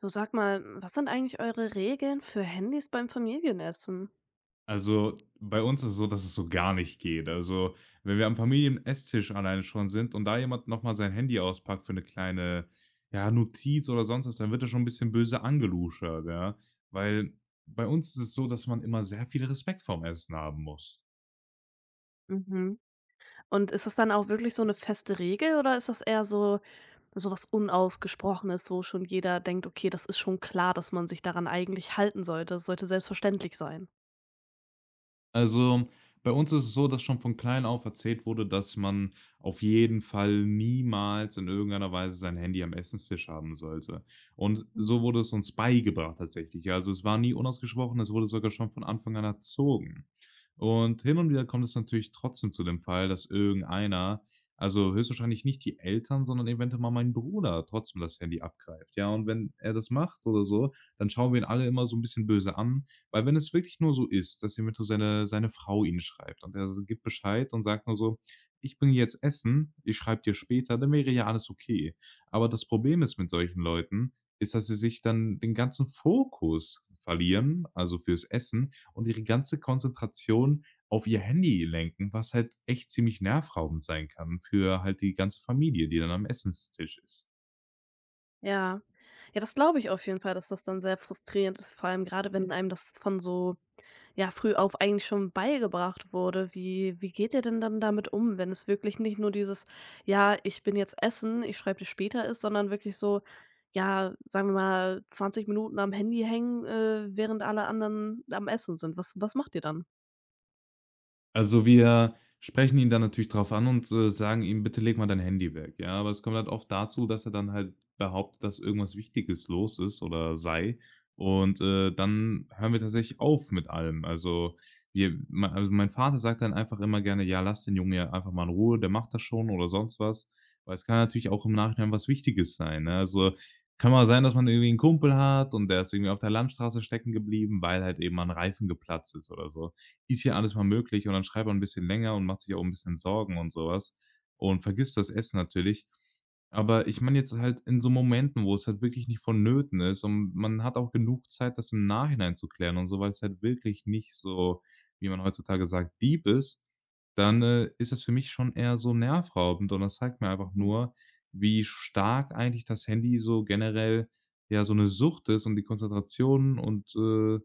Du sag mal, was sind eigentlich eure Regeln für Handys beim Familienessen? Also, bei uns ist es so, dass es so gar nicht geht. Also, wenn wir am Familienesstisch alleine schon sind und da jemand noch mal sein Handy auspackt für eine kleine, ja, Notiz oder sonst was, dann wird er schon ein bisschen böse angeluschert, ja? Weil bei uns ist es so, dass man immer sehr viel Respekt vorm Essen haben muss. Mhm. Und ist das dann auch wirklich so eine feste Regel oder ist das eher so was Unausgesprochenes, wo schon jeder denkt: „Okay, das ist schon klar, dass man sich daran eigentlich halten sollte. Das sollte selbstverständlich sein?“ Also, bei uns ist es so, dass schon von klein auf erzählt wurde, dass man auf jeden Fall niemals in irgendeiner Weise sein Handy am Essenstisch haben sollte. Und so wurde es uns beigebracht tatsächlich. Ja, also, es war nie unausgesprochen, es wurde sogar schon von Anfang an erzogen. Und hin und wieder kommt es natürlich trotzdem zu dem Fall, dass irgendeiner, also höchstwahrscheinlich nicht die Eltern, sondern eventuell mal mein Bruder trotzdem das Handy abgreift. Ja, und wenn er das macht oder so, dann schauen wir ihn alle immer so ein bisschen böse an, weil wenn es wirklich nur so ist, dass jemand so seine Frau ihn schreibt und er s gibt Bescheid und sagt nur so: „Ich bringe jetzt Essen, ich schreibe dir später“, dann wäre ja alles okay. Aber das Problem ist mit solchen Leuten, ist, dass sie sich dann den ganzen Fokus verlieren, also fürs Essen und ihre ganze Konzentration auf ihr Handy lenken, was halt echt ziemlich nervraubend sein kann für halt die ganze Familie, die dann am Essenstisch ist. Ja. Ja, das glaube ich auf jeden Fall, dass das dann sehr frustrierend ist, vor allem gerade wenn einem das von so ja, früh auf eigentlich schon beigebracht wurde. Wie geht ihr denn dann damit um, wenn es wirklich nicht nur dieses: „Ja, ich bin jetzt essen, ich schreibe dir später“ ist, sondern wirklich so, ja, sagen wir mal, 20 Minuten am Handy hängen, während alle anderen am Essen sind. Was macht ihr dann? Also, wir sprechen ihn dann natürlich drauf an und sagen ihm: „Bitte leg mal dein Handy weg“, ja? Aber es kommt halt oft dazu, dass er dann halt behauptet, dass irgendwas Wichtiges los ist oder sei. Und, dann hören wir tatsächlich auf mit allem. Also, wir mei also, mein Vater sagt dann einfach immer gerne: „Ja, lass den Jungen ja einfach mal in Ruhe, der macht das schon“ oder sonst was. Weil es kann natürlich auch im Nachhinein was Wichtiges sein, ne? Also, kann mal sein, dass man irgendwie einen Kumpel hat und der ist irgendwie auf der Landstraße stecken geblieben, weil halt eben mal 'n Reifen geplatzt ist oder so, ist ja alles mal möglich, und dann schreibt man ein bisschen länger und macht sich auch ein bisschen Sorgen und sowas und vergisst das Essen natürlich. Aber ich meine jetzt halt in so Momenten, wo es halt wirklich nicht vonnöten ist und man hat auch genug Zeit, das im Nachhinein zu klären und so, weil es halt wirklich nicht so, wie man heutzutage sagt, deep ist, dann, ist das für mich schon eher so nervraubend, und das zeigt mir einfach nur, wie stark eigentlich das Handy so generell, ja, so eine Sucht ist und die Konzentration und,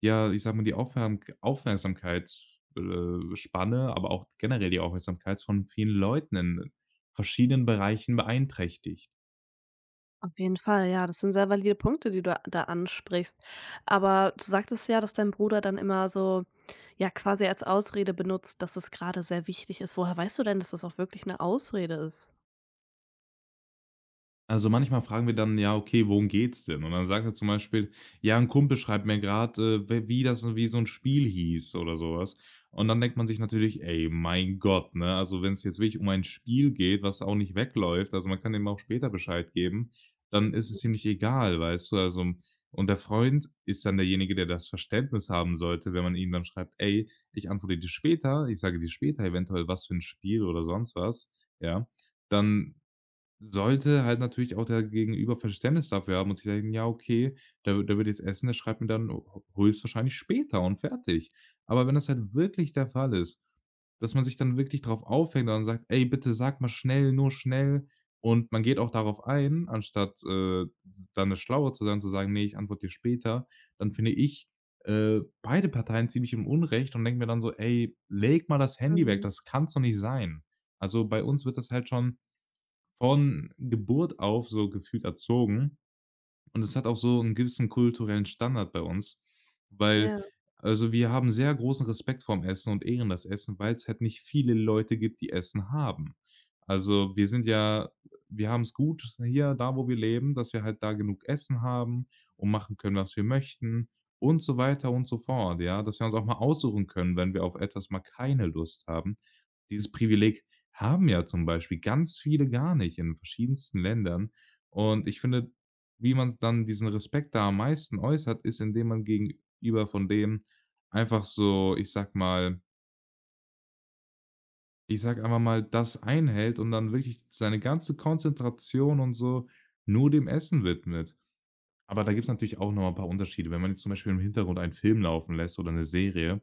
ja, ich sag mal, die Aufwärm Aufmerksamkeits Spanne, aber auch generell die Aufmerksamkeit von vielen Leuten in verschiedenen Bereichen beeinträchtigt. Auf jeden Fall, ja, das sind sehr valide Punkte, die du da ansprichst. Aber du sagtest ja, dass dein Bruder dann immer so, ja, quasi als Ausrede benutzt, dass es gerade sehr wichtig ist. Woher weißt du denn, dass das auch wirklich eine Ausrede ist? Also, manchmal fragen wir dann: „Ja, okay, worum geht's denn?“ Und dann sagt er zum Beispiel: „Ja, ein Kumpel schreibt mir gerade w wie das wie so ein Spiel hieß“ oder sowas. Und dann denkt man sich natürlich: „Ey, mein Gott“, ne? Also, wenn es jetzt wirklich um ein Spiel geht, was auch nicht wegläuft, also, man kann dem auch später Bescheid geben, dann ist es ziemlich egal, weißt du? Also, und der Freund ist dann derjenige, der das Verständnis haben sollte, wenn man ihm dann schreibt: „Ey, ich antworte dir später, ich sage dir später eventuell, was für ein Spiel oder sonst was“, ja? Dann sollte halt natürlich auch der Gegenüber Verständnis dafür haben und sich denken: „Ja, okay, der will jetzt essen, der schreibt mir dann ho höchstwahrscheinlich später“ und fertig. Aber wenn das halt wirklich der Fall ist, dass man sich dann wirklich drauf aufhängt und sagt: „Ey, bitte sag mal schnell, nur schnell.“ Und man geht auch darauf ein, anstatt, dann der Schlaue zu sein, zu sagen: „Nee, ich antworte dir später.“ Dann finde ich, beide Parteien ziemlich im Unrecht und denke mir dann so: „Ey, leg mal das Handy weg, Mhm. das kann's doch nicht sein.“ Also, bei uns wird das halt schon von Geburt auf so gefühlt erzogen. Und es hat auch so einen gewissen kulturellen Standard bei uns, weil Ja. also, wir haben sehr großen Respekt vorm Essen und ehren das Essen, weil es halt nicht viele Leute gibt, die Essen haben. Also, wir sind ja wir haben es gut hier, da wo wir leben, dass wir halt da genug Essen haben und machen können, was wir möchten und so weiter und so fort, ja? Dass wir uns auch mal aussuchen können, wenn wir auf etwas mal keine Lust haben. Dieses Privileg haben ja zum Beispiel ganz viele gar nicht in verschiedensten Ländern. Und ich finde, wie man dann diesen Respekt da am meisten äußert, ist, indem man gegenüber von dem einfach so, ich sage einfach mal, das einhält und dann wirklich seine ganze Konzentration und so nur dem Essen widmet. Aber da gibt's natürlich auch noch mal 'n paar Unterschiede. Wenn man jetzt zum Beispiel im Hintergrund einen Film laufen lässt oder 'ne Serie,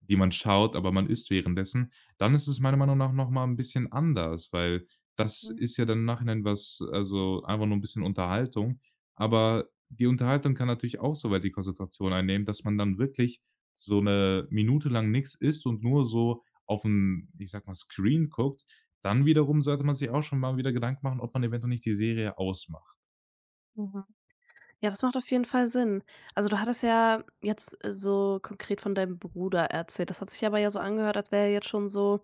die man schaut, aber man isst währenddessen, dann ist es meiner Meinung nach noch mal 'n bisschen anders, weil das ist ja dann im Nachhinein was, also, einfach nur 'n bisschen Unterhaltung. Aber die Unterhaltung kann natürlich auch so weit die Konzentration einnehmen, dass man dann wirklich so 'ne Minute lang nix isst und nur so auf 'n, ich sage mal, Screen guckt. Dann wiederum sollte man sich auch schon mal wieder Gedanken machen, ob man eventuell nicht die Serie ausmacht. Mhm. Ja, das macht auf jeden Fall Sinn. Also, du hattest ja jetzt so konkret von deinem Bruder erzählt. Das hat sich aber ja so angehört, als wäre er jetzt schon so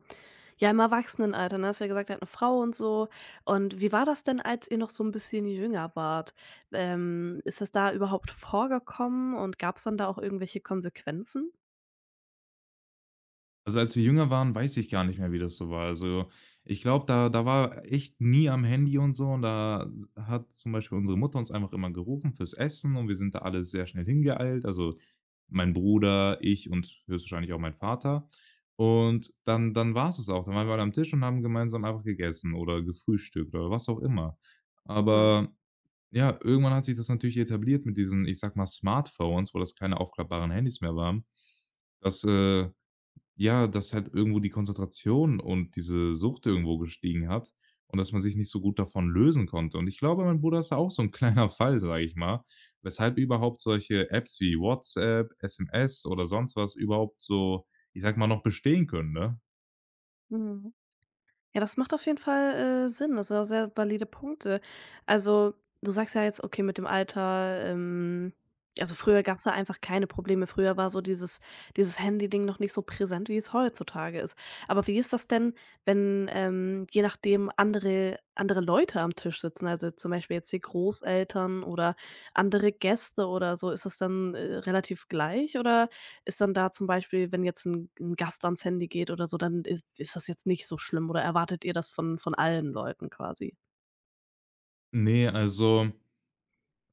ja, im Erwachsenenalter, ne? Hast ja gesagt, er hat 'ne Frau und so. Und wie war das denn, als ihr noch so ein bisschen jünger wart? Ist das da überhaupt vorgekommen und gab es dann da auch irgendwelche Konsequenzen? Also, als wir jünger waren, weiß ich gar nicht mehr, wie das so war. Also, ich glaube, da war echt nie am Handy und so, und da s hat zum Beispiel unsere Mutter uns einfach immer gerufen fürs Essen und wir sind da alle sehr schnell hingeeilt. Also, mein Bruder, ich und höchstwahrscheinlich auch mein Vater. Und dann war es auch. Dann waren wir alle am Tisch und haben gemeinsam einfach gegessen oder gefrühstückt oder was auch immer. Mhm. Aber ja, irgendwann hat sich das natürlich etabliert mit diesen, ich sag mal, Smartphones, wo das keine aufklappbaren Handys mehr waren, dass, ja, dass halt irgendwo die Konzentration und diese Sucht irgendwo gestiegen hat und dass man sich nicht so gut davon lösen konnte. Und ich glaube, mein Bruder ist da auch so ein kleiner Fall, sage ich mal, weshalb überhaupt solche Apps wie WhatsApp, SMS oder sonst was überhaupt so, ich sage mal, noch bestehen können, ne? Mhm. Ja, das macht auf jeden Fall, Sinn. Das sind auch sehr valide Punkte. Also, du sagst ja jetzt, okay, mit dem Alter, also, früher gab es da einfach keine Probleme. Früher war so dieses Handy-Ding noch nicht so präsent, wie es heutzutage ist. Aber wie ist das denn, wenn, je nachdem andere Leute am Tisch sitzen, also, zum Beispiel jetzt die Großeltern oder andere Gäste oder so? Ist das dann, relativ gleich oder ist dann da zum Beispiel, wenn jetzt ein 'n Gast ans Handy geht oder so, dann is ist das jetzt nicht so schlimm oder erwartet ihr das von allen Leuten quasi? Ne, also,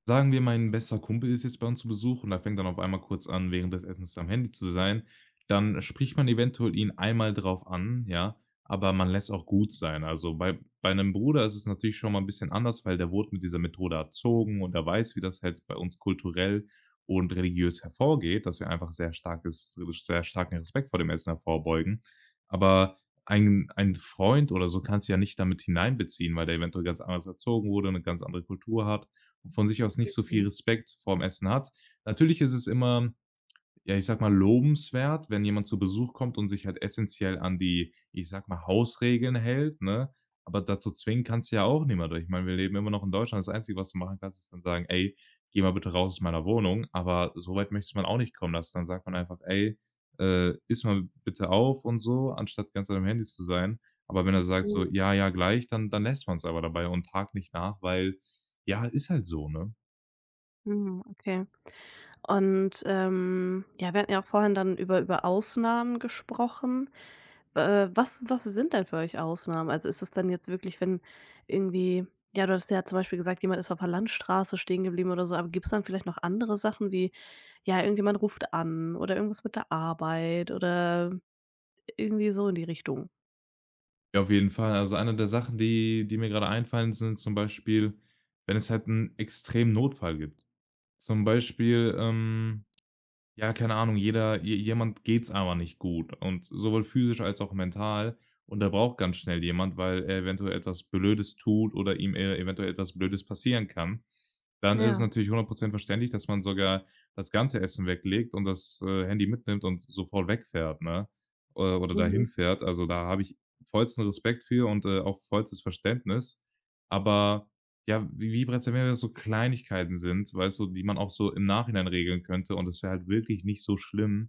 sagen wir, mein bester Kumpel ist jetzt bei uns zu Besuch und er fängt dann auf einmal kurz an, während des Essens am Handy zu sein. Dann spricht man eventuell ihn einmal drauf an, ja, aber man lässt auch gut sein. Also bei einem Bruder ist es natürlich schon mal ein bisschen anders, weil der wurde mit dieser Methode erzogen und er weiß, wie das jetzt bei uns kulturell und religiös hervorgeht, dass wir einfach sehr starken Respekt vor dem Essen hervorbeugen. Aber ein Freund oder so kannst du ja nicht damit hineinbeziehen, weil der eventuell ganz anders erzogen wurde, eine ganz andere Kultur hat, von sich aus nicht so viel Mhm. Respekt vorm Essen hat. Natürlich ist es immer, ja, ich sag mal, lobenswert, wenn jemand zu Besuch kommt und sich halt essentiell an die, ich sag mal, Hausregeln hält, ne? Aber dazu zwingen kannst du ja auch niemand. Ich meine, wir leben immer noch in Deutschland. Das Einzige, was du machen kannst, ist dann sagen: „Ey, geh mal bitte raus aus meiner Wohnung.“ Aber so weit möchte man auch nicht kommen lassen. Dann sagt man einfach: „Ey, iss mal bitte auf“ und so, anstatt ganz Zeit am Handy zu sein. Aber wenn er sagt so: Mhm. „Ja, ja, gleich“, dann lässt man es aber dabei und hakt nicht nach, weil ja, ist halt so, ne? Mhm. Okay. Und, ja, wir hatten ja auch vorhin dann über Ausnahmen gesprochen. Was sind denn für euch Ausnahmen? Also, ist das dann jetzt wirklich, wenn irgendwie ja, du hast ja zum Beispiel gesagt, jemand ist auf der Landstraße stehen geblieben oder so, aber gibt es dann vielleicht noch andere Sachen wie, ja, irgendjemand ruft an oder irgendwas mit der Arbeit oder irgendwie so in die Richtung? Ja, auf jeden Fall. Also, eine der Sachen, die mir gerade einfallen, sind zum Beispiel, wenn es halt 'n extremen Notfall gibt. Zum Beispiel, ja, keine Ahnung, jeder je jemand, geht's aber nicht gut, und sowohl physisch als auch mental, und da braucht ganz schnell jemand, weil er eventuell etwas Blödes tut oder ihm, eventuell etwas Blödes passieren kann. Dann ist es Ja. natürlich 100 verständlich, dass man sogar das ganze Essen weglegt und das, Handy mitnimmt und sofort wegfährt, ne? Oder dahin Mhm. fährt. Also, da habe ich vollsten Respekt für und, auch vollstes Verständnis. Aber ja, wie bereits erwähnt, so Kleinigkeiten sind, weißt du, die man auch so im Nachhinein regeln könnte, und es wäre halt wirklich nicht so schlimm,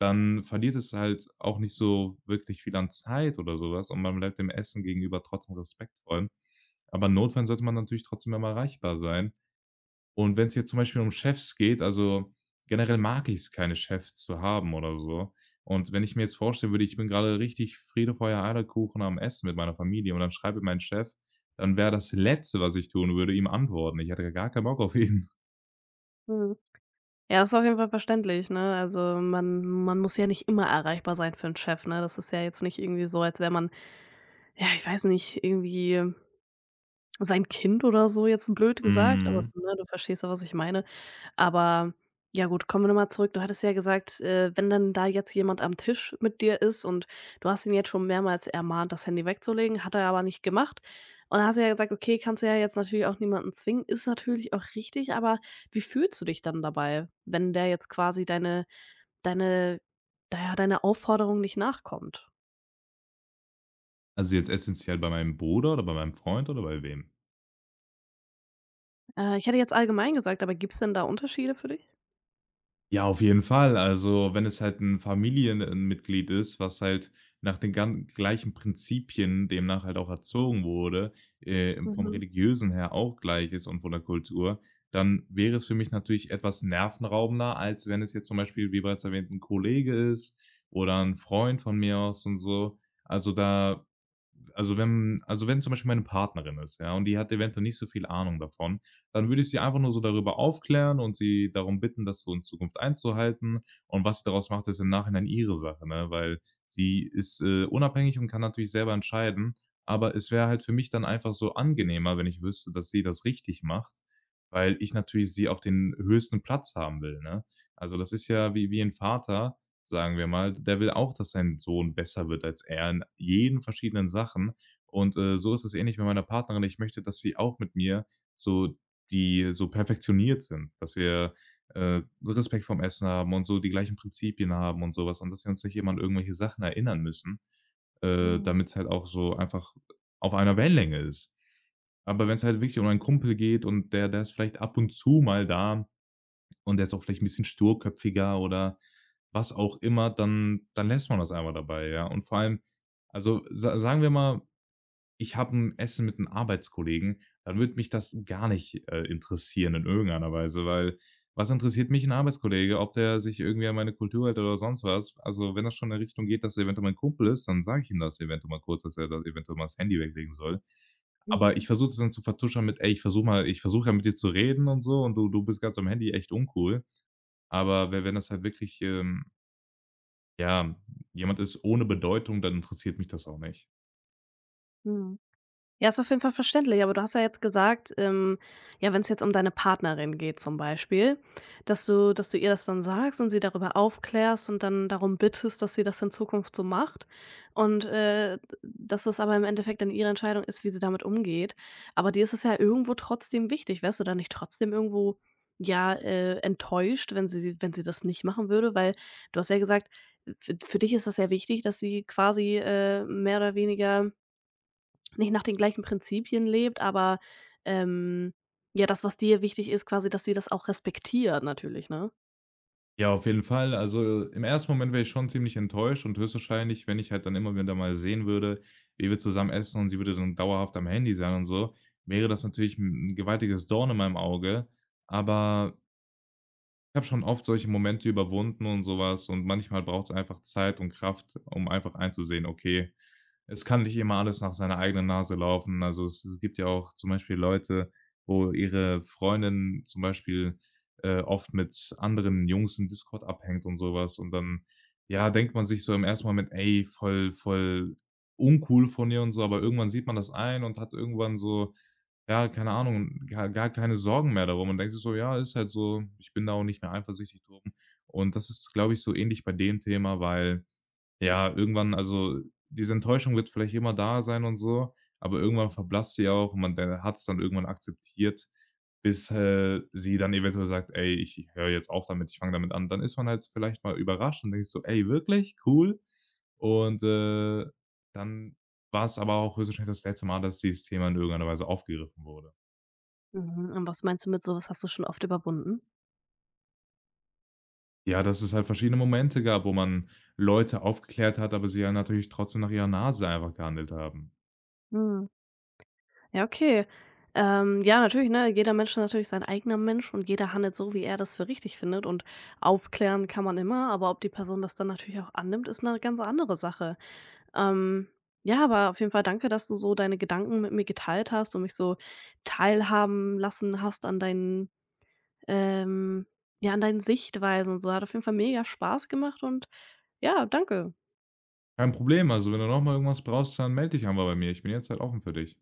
dann verliert es halt auch nicht so wirklich viel an Zeit oder sowas und man bleibt dem Essen gegenüber trotzdem respektvoll. Aber in sollte man natürlich trotzdem immer erreichbar sein, und wenn es jetzt zum Beispiel um Chefs geht, also, generell mag ich es keine Chefs zu haben oder so. Und wenn ich mir jetzt vorstellen würde, ich bin gerade richtig Friede, Feuer, Eierkuchen am Essen mit meiner Familie und dann schreibe mein Chef, dann wäre das Letzte, was ich tun würde, ihm antworten. Ich hätte ja gar keinen Bock auf ihn. Mhm. Ja, ist auf jeden Fall verständlich, ne? Also, man muss ja nicht immer erreichbar sein für 'n Chef, ne? Das ist ja jetzt nicht irgendwie so, als wäre man ja, ich weiß nicht, irgendwie sein Kind oder so, jetzt blöd gesagt, aber, Mhm. ne, du verstehst ja, was ich meine. Aber ja gut, kommen wir noch mal zurück. Du hattest ja gesagt, wenn dann da jetzt jemand am Tisch mit dir ist und du hast ihn jetzt schon mehrmals ermahnt, das Handy wegzulegen, hat er aber nicht gemacht. Und dann hast du ja gesagt: „Okay, kannst du ja jetzt natürlich auch niemanden zwingen.“ Ist natürlich auch richtig, aber wie fühlst du dich dann dabei, wenn der jetzt quasi deine ja, deine Aufforderung nicht nachkommt? Also, jetzt essentiell bei meinem Bruder oder bei meinem Freund oder bei wem? Ich hätte jetzt allgemein gesagt, aber gibt's denn da Unterschiede für dich? Ja, auf jeden Fall. Also, wenn es halt ein Familienmitglied ist, was halt nach den gan gleichen Prinzipien demnach halt auch erzogen wurde, vom Mhm, Religiösen her auch gleich ist und von der Kultur, dann wäre es für mich natürlich etwas nervenraubender, als wenn es jetzt zum Beispiel, wie bereits erwähnt, ein Kollege ist oder ein Freund von mir aus und so. Also, da also wenn zum Beispiel meine Partnerin ist, ja, und die hat eventuell nicht so viel Ahnung davon, dann würde ich sie einfach nur so darüber aufklären und sie darum bitten, das so in Zukunft einzuhalten. Und was sie daraus macht, ist im Nachhinein ihre Sache, ne? Weil sie ist, unabhängig und kann natürlich selber entscheiden. Aber es wäre halt für mich dann einfach so angenehmer, wenn ich wüsste, dass sie das richtig macht, weil ich natürlich sie auf den höchsten Platz haben will, ne? Also, das ist ja wie ein Vater, sagen wir mal. Der will auch, dass sein Sohn besser wird als er in jeden verschiedenen Sachen. Und, so ist es ähnlich mit meiner Partnerin. Ich möchte, dass sie auch mit mir so die so perfektioniert sind, dass wir, Respekt vorm Essen haben und so die gleichen Prinzipien haben und sowas, und dass wir uns nicht immer an irgendwelche Sachen erinnern müssen, mhm, damit es halt auch so einfach auf einer Wellenlänge ist. Aber wenn es halt wirklich um einen Kumpel geht und der ist vielleicht ab und zu mal da, und der ist auch vielleicht ein bisschen sturköpfiger oder was auch immer, dann lässt man das einmal dabei, ja. Und vor allem also, sa sagen wir mal, ich habe ein Essen mit einem Arbeitskollegen, dann würde mich das gar nicht, interessieren in irgendeiner Weise, weil was interessiert mich ein Arbeitskollege, ob der sich irgendwie an meine Kultur hält oder sonst was? Also, wenn das schon in Richtung geht, dass er eventuell mein Kumpel ist, dann sage ich ihm das eventuell mal kurz, dass er da eventuell mal das Handy weglegen soll. Aber ich mhm. versuche das dann zu vertuschern mit: „Ey, ich versuche ja mit dir zu reden und so und du bist grad so am Handy, echt uncool.“ Aber we wenn das halt wirklich, ja, jemand ist ohne Bedeutung, dann interessiert mich das auch nicht. Mhm. Ja, ist auf jeden Fall verständlich, aber du hast ja jetzt gesagt, ja, wenn es jetzt um deine Partnerin geht zum Beispiel, dass du ihr das dann sagst und sie darüber aufklärst und dann darum bittest, dass sie das in Zukunft so macht und, dass es aber im Endeffekt dann ihre Entscheidung ist, wie sie damit umgeht. Aber dir ist es ja irgendwo trotzdem wichtig. Wärst du da nicht trotzdem irgendwo, ja, enttäuscht, wenn sie das nicht machen würde? Weil du hast ja gesagt, f für dich ist das ja wichtig, dass sie quasi, mehr oder weniger nicht nach den gleichen Prinzipien lebt, aber, ähm, ja, das, was dir wichtig ist, quasi, dass sie das auch respektiert natürlich, ne? Ja, auf jeden Fall. Also, im ersten Moment wäre ich schon ziemlich enttäuscht und höchstwahrscheinlich, wenn ich halt dann immer wieder mal sehen würde, wie wir zusammen essen und sie würde dann dauerhaft am Handy sein und so, wäre das natürlich ein gewaltiges Dorn in meinem Auge. Aber ich habe schon oft solche Momente überwunden und sowas und manchmal braucht es einfach Zeit und Kraft, um einfach einzusehen: „Okay, es kann nicht immer alles nach seiner eigenen Nase laufen.“ Also, es gibt ja auch zum Beispiel Leute, wo ihre Freundin zum Beispiel, oft mit anderen Jungs im Discord abhängt und sowas und dann, ja, denkt man sich so im ersten Moment: „Ey, voll uncool von ihr“ und so, aber irgendwann sieht man das ein und hat irgendwann so ja, keine Ahnung, gar keine Sorgen mehr darum und denkst du so: „Ja, ist halt so, ich bin da auch nicht mehr eifersüchtig drum.“ Und das ist, glaube ich, so ähnlich bei dem Thema, weil, ja, irgendwann also, diese Enttäuschung wird vielleicht immer da sein und so, aber irgendwann verblasst sie auch und man hat es dann irgendwann akzeptiert, bis, sie dann eventuell sagt: „Ey, ich höre jetzt auf damit, ich fange damit an.“ Dann ist man halt vielleicht mal überrascht und denkt sich so: „Ey, wirklich? Cool.“ Und, dann war's aber auch höchstwahrscheinlich das letzte Mal, dass dieses Thema in irgendeiner Weise aufgegriffen wurde. Mhm. Und was meinst du mit so was hast du schon oft überwunden? Ja, dass es halt verschiedene Momente gab, wo man Leute aufgeklärt hat, aber sie ja natürlich trotzdem nach ihrer Nase einfach gehandelt haben. Mhm. Ja, okay. Ja, natürlich, ne? Jeder Mensch ist natürlich sein eigener Mensch und jeder handelt so, wie er das für richtig findet und aufklären kann man immer, aber ob die Person das dann natürlich auch annimmt, ist eine ganz andere Sache. Ähm, ja, aber auf jeden Fall danke, dass du so deine Gedanken mit mir geteilt hast und mich so teilhaben lassen hast an ähm, deinen Sichtweisen und so. Hat auf jeden Fall mega Spaß gemacht und ja, danke. Kein Problem, also wenn du noch mal irgendwas brauchst, dann melde dich einfach bei mir. Ich bin jetzt halt offen für dich.